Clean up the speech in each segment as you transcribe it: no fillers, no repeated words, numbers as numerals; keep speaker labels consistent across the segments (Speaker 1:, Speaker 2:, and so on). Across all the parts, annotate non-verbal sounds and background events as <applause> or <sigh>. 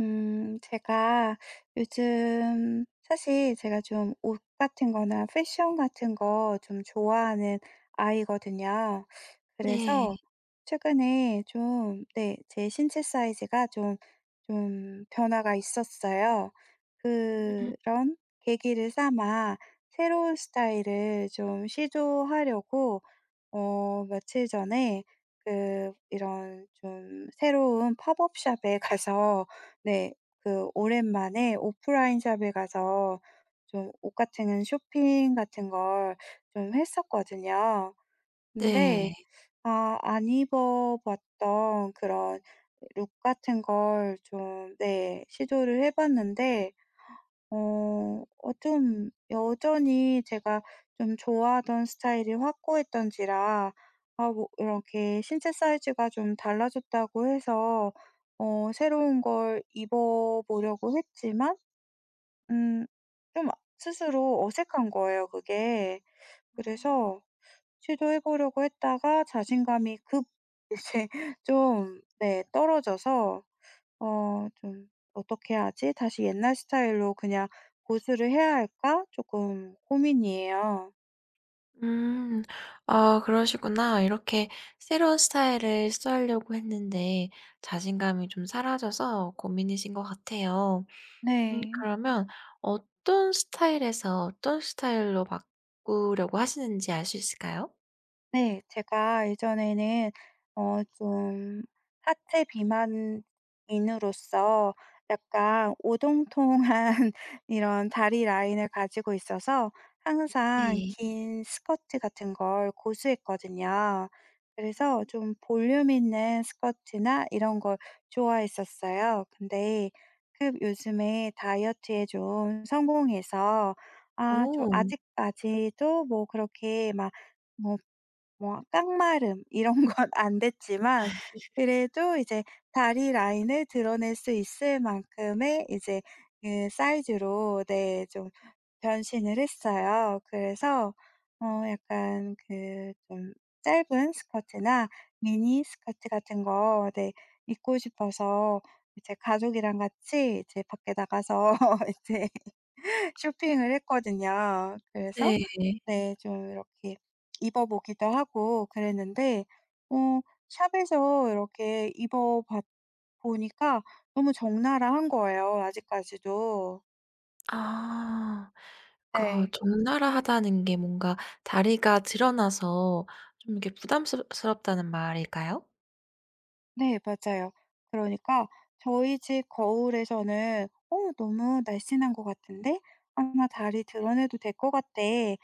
Speaker 1: 제가 요즘 사실 제가 좀 옷 같은 거나 패션 같은 거 좀 좋아하는 아이거든요.
Speaker 2: 네.
Speaker 1: 그래서 최근에 좀, 네, 제 신체 사이즈가 좀 변화가 있었어요.
Speaker 2: 음.
Speaker 1: 그런 계기를 삼아 새로운 스타일을 좀 시도하려고, 며칠 전에 이런 좀 새로운 팝업 샵에 가서 네. 그 오랜만에 오프라인 샵에 가서 좀 옷 같은 건 쇼핑 같은 걸 좀 했었거든요.
Speaker 2: 네.
Speaker 1: 근데 안 입어 봤던 그런 룩 같은 걸 좀 네 시도를 해 봤는데 어 좀 여전히 제가 좀 좋아하던 스타일이 확고했던지라 아 뭐 이렇게 신체 사이즈가 좀 달라졌다고 해서 새로운 걸 입어 보려고 했지만 음 좀 스스로 어색한 거예요 그게. 그래서 시도해 보려고 했다가 자신감이 급 <laughs> 이제 좀 네 떨어져서 좀 '어떻게 하지? 다시 옛날 스타일로 그냥 고수를 해야 할까?' 조금 고민이에요.
Speaker 2: 음. 아 그러시구나. 이렇게 새로운 스타일을 시도하려고 했는데 자신감이 좀 사라져서 고민이신 것 같아요.
Speaker 1: 네.
Speaker 2: 그러면 어떤 스타일에서 어떤 스타일로 바꾸려고 하시는지 알 수 있을까요?
Speaker 1: 네. 제가 예전에는 좀 하체 비만인으로서 약간 오동통한 <laughs> 이런 다리 라인을 가지고 있어서 항상
Speaker 2: 네.
Speaker 1: 긴 스커트 같은 걸 고수했거든요. 그래서
Speaker 2: 음.
Speaker 1: 좀 볼륨 있는 스커트나 이런 걸 좋아했었어요. 근데 그 요즘에 다이어트에 좀 성공해서 좀
Speaker 2: 오.
Speaker 1: 아직까지도 뭐 그렇게 막뭐 뭐 깡마름 이런 <laughs> 건 안 됐지만 그래도 이제 다리 라인을 드러낼 수 있을 만큼의 이제 그 사이즈로 네 좀 변신을 했어요. 그래서 약간 그 좀 짧은 스커트나 미니 스커트 같은 거 네 입고 싶어서 이제 가족이랑 같이 이제 밖에 나가서 <laughs> 이제 쇼핑을 했거든요. 그래서
Speaker 2: 네.
Speaker 1: 네. 좀 이렇게 입어 보기도 하고 그랬는데 어 샵에서 이렇게 입어 봤 보니까 너무 적나라한 거예요 아직까지도.
Speaker 2: 아. 그러니까
Speaker 1: 네.
Speaker 2: 적나라하다는 게 뭔가 다리가 드러나서 좀 이렇게 부담 스럽다는 말일까요?
Speaker 1: 네 맞아요. 그러니까 저희 집 거울에서는 '어 너무 날씬한 것 같은데? 아 나 다리 드러내도 될 것 같아. 어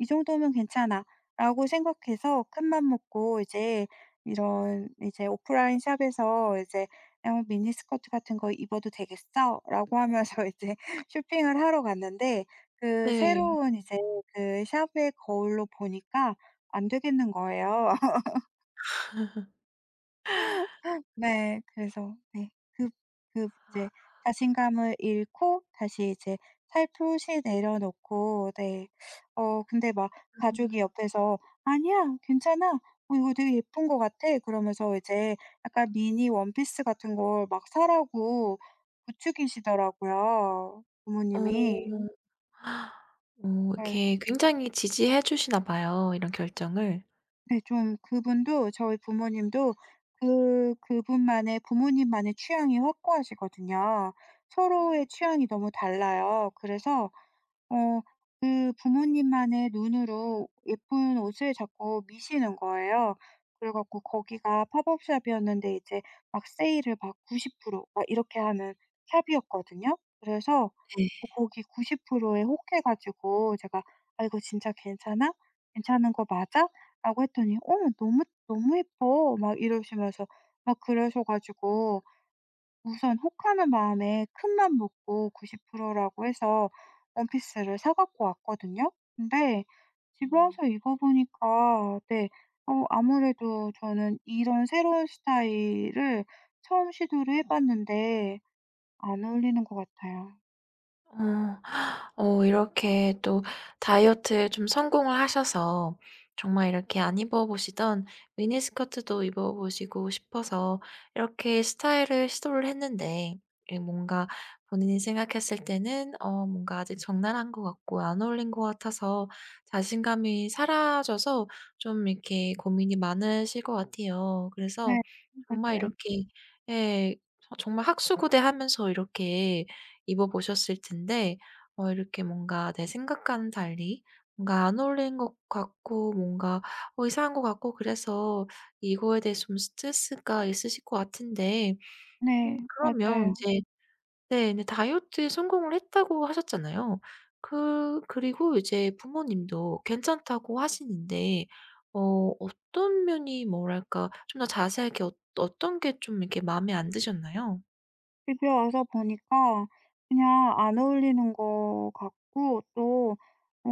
Speaker 1: 이 정도면 괜찮아.'라고 생각해서 큰 맘 먹고 이제 이런 이제 오프라인 샵에서 이제 "어 미니 스커트 같은 거 입어도 되겠어?"라고 하면서 <laughs> 이제 쇼핑을 하러 갔는데 그
Speaker 2: 네.
Speaker 1: 새로운 이제 그 샵의 거울로 보니까 안 되겠는 거예요. 네. 그래서 네. 그
Speaker 2: 아.
Speaker 1: 이제 자신감을 잃고 다시 이제 살포시 내려놓고 네. 어 근데 막 가족이
Speaker 2: 음.
Speaker 1: 옆에서 "아니야. 괜찮아. 어 이거 되게 예쁜 것 같아." 그러면서 이제 약간 미니 원피스 같은 걸 막 사라고 부추기시더라고요
Speaker 2: 어.
Speaker 1: 부모님이. 네.
Speaker 2: 이렇게 굉장히 지지해 주시나 봐요, 이런 결정을.
Speaker 1: 네. 좀 그분도 저희 부모님도 그 그분만의 부모님만의 취향이 확고하시거든요. 서로의
Speaker 2: 음.
Speaker 1: 취향이 너무 달라요. 그래서 어 그 부모님만의 눈으로 예쁜 옷을 자꾸 미시는 거예요. 그래 갖고 거기가 팝업 샵이었는데 이제 막 세일을 막 90%막 이렇게 하는 샵이었거든요. 그래서 거기 90%에 혹해 가지고 제가 "아 이거 진짜 괜찮아? 괜찮은 거 맞아?" 라고 했더니 "어 너무 너무 예뻐." 막 이러시면서 막 그러셔 가지고 우선 혹하는 마음에 큰맘 먹고 90% 라고 해서 원피스를 사 갖고 왔거든요. 근데 집에 와서 입어 보니까 네 아무래도 저는 이런 새로운 스타일을 처음 시도를 해 봤는데 안 어울리는 것 같아요.
Speaker 2: 어. 이렇게 또 다이어트에 좀 성공을 하셔서 정말 이렇게 안 입어 보시던 미니스커트도 입어 보시고 싶어서 이렇게 스타일을 시도를 했는데, 이 뭔가 본인이 생각했을 때는 뭔가 아직 적나라한 것 같고 안 어울린 것 같아서 자신감이 사라져서 좀 이렇게 고민이 많으실 것 같아요. 그래서
Speaker 1: 네.
Speaker 2: 정말
Speaker 1: 맞아요.
Speaker 2: 이렇게, 예, 정말 학수고대하면서 이렇게 입어 보셨을 텐데 이렇게 뭔가 내 생각과는 달리 뭔가 안 어울리는 것 같고 뭔가 이상한 것 같고, 그래서 이거에 대해서 좀 스트레스가 있으실 것 같은데.
Speaker 1: 네.
Speaker 2: 그러면
Speaker 1: 맞아요.
Speaker 2: 이제, 네, 네, 다이어트에 성공을 했다고 하셨잖아요. 그리고 이제 부모님도 괜찮다고 하시는데, 어떤 면이 뭐랄까 좀 더 자세하게 어떤 게 좀 이렇게 마음에 안 드셨나요?
Speaker 1: 집에 와서 보니까 그냥 안 어울리는 것 같고 또 어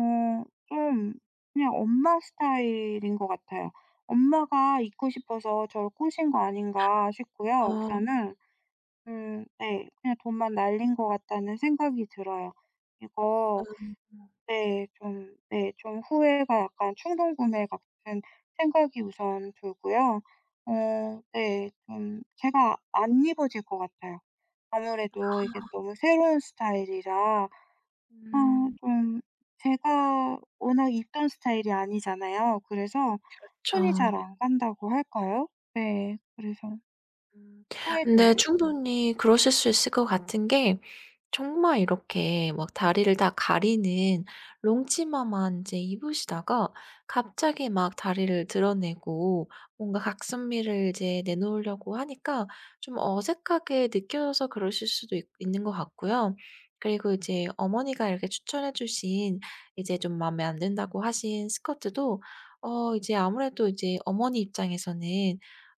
Speaker 1: 좀 그냥 엄마 스타일인 것 같아요. 엄마가 입고 싶어서 저를 꼬신 거 아닌가 싶고요.
Speaker 2: 어.
Speaker 1: 우선은 네 그냥 돈만 날린 것 같다는 생각이 들어요. 이거
Speaker 2: 어.
Speaker 1: 네. 좀 네 좀 후회가 약간 충동 구매 같은 생각이 우선 들고요. 네 좀 제가 안 입어질 것 같아요. 아무래도 이게 너무 새로운 스타일이라
Speaker 2: 음.
Speaker 1: 좀 제가 워낙 입던 스타일이 아니잖아요. 그래서 손이
Speaker 2: 그쵸.
Speaker 1: 잘 안 간다고 할까요? 네. 그래서
Speaker 2: 음.
Speaker 1: 후회돼요.
Speaker 2: 근데 충분히 그러실 수 있을 것 같은 게, 정말 이렇게 막 다리를 다 가리는 롱치마만 이제 입으시다가 갑자기 막 다리를 드러내고 뭔가 각선미를 이제 내놓으려고 하니까 좀 어색하게 느껴져서 그러실 수도 있 있는 것 같고요. 그리고 이제 어머니가 이렇게 추천해 주신, 이제 좀 마음에 안 든다고 하신 스커트도 이제 아무래도 이제 어머니 입장에서는,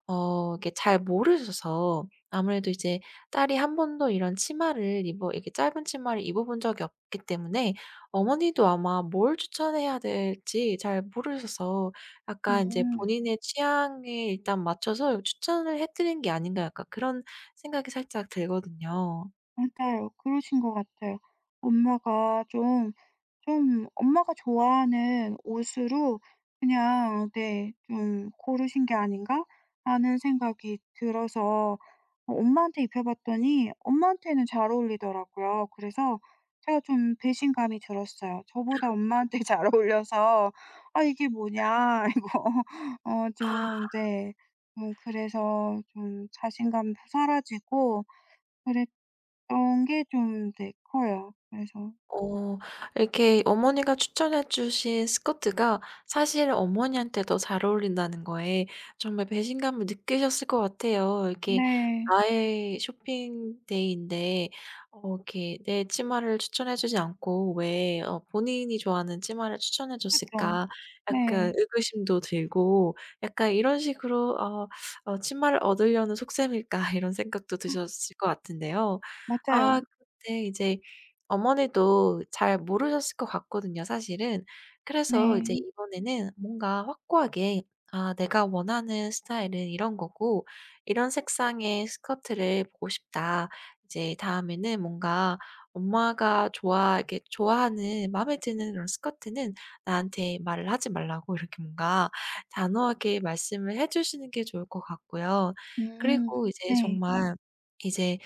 Speaker 2: 이게 잘 모르셔서 아무래도 이제 딸이 한 번도 이런 치마를 입어 이렇게 짧은 치마를 입어 본 적이 없기 때문에, 어머니도 아마 뭘 추천해야 될지 잘 모르셔서 약간 이제
Speaker 1: 음.
Speaker 2: 본인의 취향에 일단 맞춰서 추천을 해 드린 게 아닌가, 약간 그런 생각이 살짝 들거든요.
Speaker 1: 맞아요. 그러신 것 같아요. 엄마가 좀 좀 엄마가 좋아하는 옷으로 그냥 네 좀 고르신 게 아닌가 하는 생각이 들어서 엄마한테 입혀 봤더니 엄마한테는 잘 어울리더라고요. 그래서 제가 좀 배신감이 들었어요. 저보다 엄마한테 <laughs> 잘 어울려서 '아 이게 뭐냐.' <laughs> 이거 좀 네 그래서 좀 자신감도 사라지고 그랬던 게 좀 네 커요. 그래서
Speaker 2: 어 이렇게 어머니가 추천해 주신 스커트가 사실 어머니한테 더 잘 어울린다는 거에 정말 배신감을 느끼셨을 것 같아요. 이렇게
Speaker 1: 네.
Speaker 2: 나의 쇼핑데이인데 이렇게 내 치마를 추천해 주지 않고 왜 본인이 좋아하는 치마를 추천해
Speaker 1: 그죠.
Speaker 2: 줬을까, 약간
Speaker 1: 네.
Speaker 2: 의구심도 들고, 약간 이런 식으로 '치마를 얻으려는 속셈일까.' <laughs> 이런 생각도 드셨을 것 같은데요. 아,
Speaker 1: 맞아요.
Speaker 2: 근데 이제 어머니도 잘 모르셨을 것 같거든요, 사실은. 그래서 이제,
Speaker 1: 네.
Speaker 2: 이번에는 뭔가 확고하게 '아, 내가 원하는 스타일은 이런 거고 이런 색상의 스커트를 보고 싶다.' 이제 다음에는 뭔가 엄마가 좋아 이렇게 좋아하는, 마음에 드는 그런 스커트는 나한테 말을 하지 말라고 <laughs> 이렇게 뭔가 단호하게 말씀을 해 주시는 게 좋을 것 같고요.
Speaker 1: 음.
Speaker 2: 그리고 이제
Speaker 1: 네.
Speaker 2: 정말 이제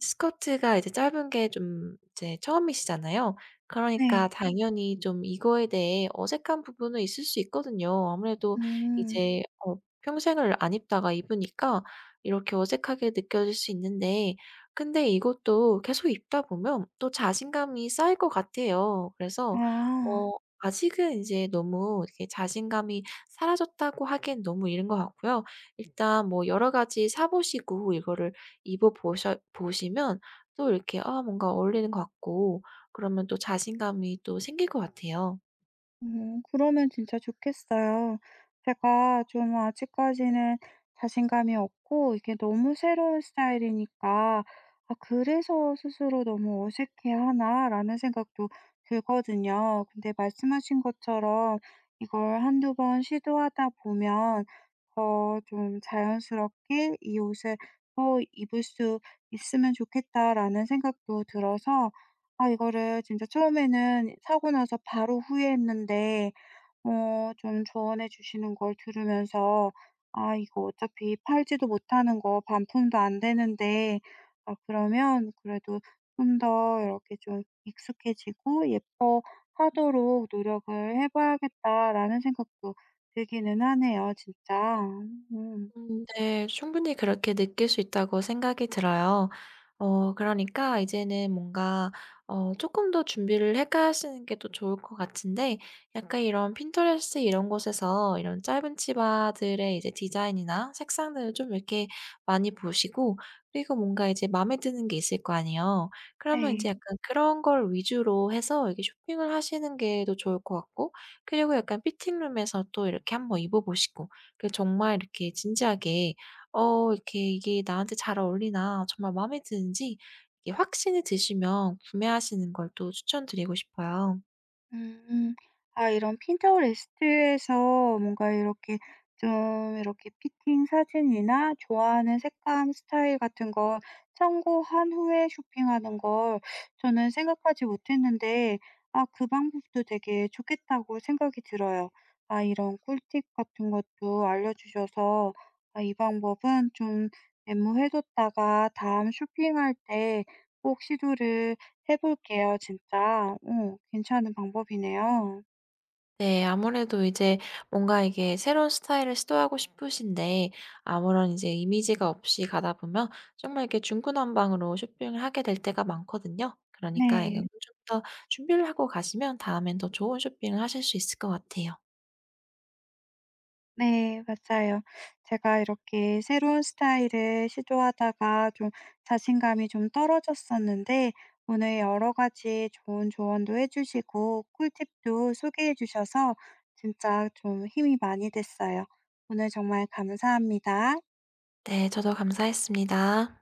Speaker 2: 스커트가 이제 짧은 게 좀 이제 처음이시잖아요. 그러니까,
Speaker 1: 네.
Speaker 2: 당연히 좀 이거에 대해 어색한 부분은 있을 수 있거든요. 아무래도
Speaker 1: 음.
Speaker 2: 이제 평생을 안 입다가 입으니까 이렇게 어색하게 느껴질 수 있는데, 근데 이것도 계속 입다 보면 또 자신감이 쌓일 것 같아요. 그래서
Speaker 1: 아.
Speaker 2: 어 아직은 이제 너무 이렇게 자신감이 사라졌다고 하기엔 너무 이른 것 같고요. 일단 뭐 여러 가지 사 보시고 이거를 입어 보셔 보시면, 또 이렇게 아, 뭔가 어울리는 것 같고, 그러면 또 자신감이 또 생길 것 같아요.
Speaker 1: 그러면 진짜 좋겠어요. 제가 좀 아직까지는 자신감이 없고 이게 너무 새로운 스타일이니까 '아 그래서 스스로 너무 어색해하나?'라는 생각도 들거든요. 근데 말씀하신 것처럼 이걸 한두 번 시도하다 보면 더 좀 자연스럽게 '이 옷을 더 입을 수 있으면 좋겠다.'라는 생각도 들어서 아 이거를 진짜 처음에는 사고 나서 바로 후회했는데 좀 조언해 주시는 걸 들으면서 '아 이거 어차피 팔지도 못하는 거 반품도 안 되는데 아 그러면 그래도 좀 더 이렇게 좀 익숙해지고 예뻐하도록 노력을 해 봐야겠다.'라는 생각도 들기는 하네요 진짜. 음
Speaker 2: 음, 네. 충분히 그렇게 느낄 수 있다고 생각이 들어요. 그러니까 이제는 뭔가 조금 더 준비를 해 가시는 게 또 좋을 것 같은데, 약간 이런 핀터레스트, 이런 곳에서 이런 짧은 치마들의 이제 디자인이나 색상들을 좀 이렇게 많이 보시고, 그리고 뭔가 이제 마음에 드는 게 있을 거 아니에요. 그러면 이제
Speaker 1: 네.
Speaker 2: 약간 그런 걸 위주로 해서 이렇게 쇼핑을 하시는 게 더 좋을 것 같고, 그리고 약간 피팅룸에서 또 이렇게 한번 입어 보시고, 정말 이렇게 진지하게 이렇게 이게 나한테 잘 어울리나, 정말 마음에 드는지, 이게 확신이 드시면 구매하시는 걸 또 추천드리고 싶어요.
Speaker 1: 음. 아 이런 핀터레스트에서 뭔가 이렇게 좀 이렇게 피팅 사진이나 좋아하는 색감, 스타일 같은 걸 참고한 후에 쇼핑하는 걸 저는 생각하지 못했는데 아 그 방법도 되게 좋겠다고 생각이 들어요. 아 이런 꿀팁 같은 것도 알려주셔서 아 이 방법은 좀 메모해 뒀다가 다음 쇼핑할 때 꼭 시도를 해 볼게요 진짜. 어 괜찮은 방법이네요.
Speaker 2: 네. 아무래도 이제 뭔가 이게 새로운 스타일을 시도하고 싶으신데 아무런 이제 이미지가 없이 가다 보면 정말 이렇게 중구난방으로 쇼핑을 하게 될 때가 많거든요. 그러니까 이게,
Speaker 1: 네.
Speaker 2: 좀 더 준비를 하고 가시면 다음엔 더 좋은 쇼핑을 하실 수 있을 것 같아요.
Speaker 1: 네 맞아요. 제가 이렇게 새로운 스타일을 시도하다가 좀 자신감이 좀 떨어졌었는데 오늘 여러 가지 좋은 조언도 해 주시고 꿀팁도 소개해 주셔서 진짜 좀 힘이 많이 됐어요. 오늘 정말 감사합니다.
Speaker 2: 네. 저도 감사했습니다.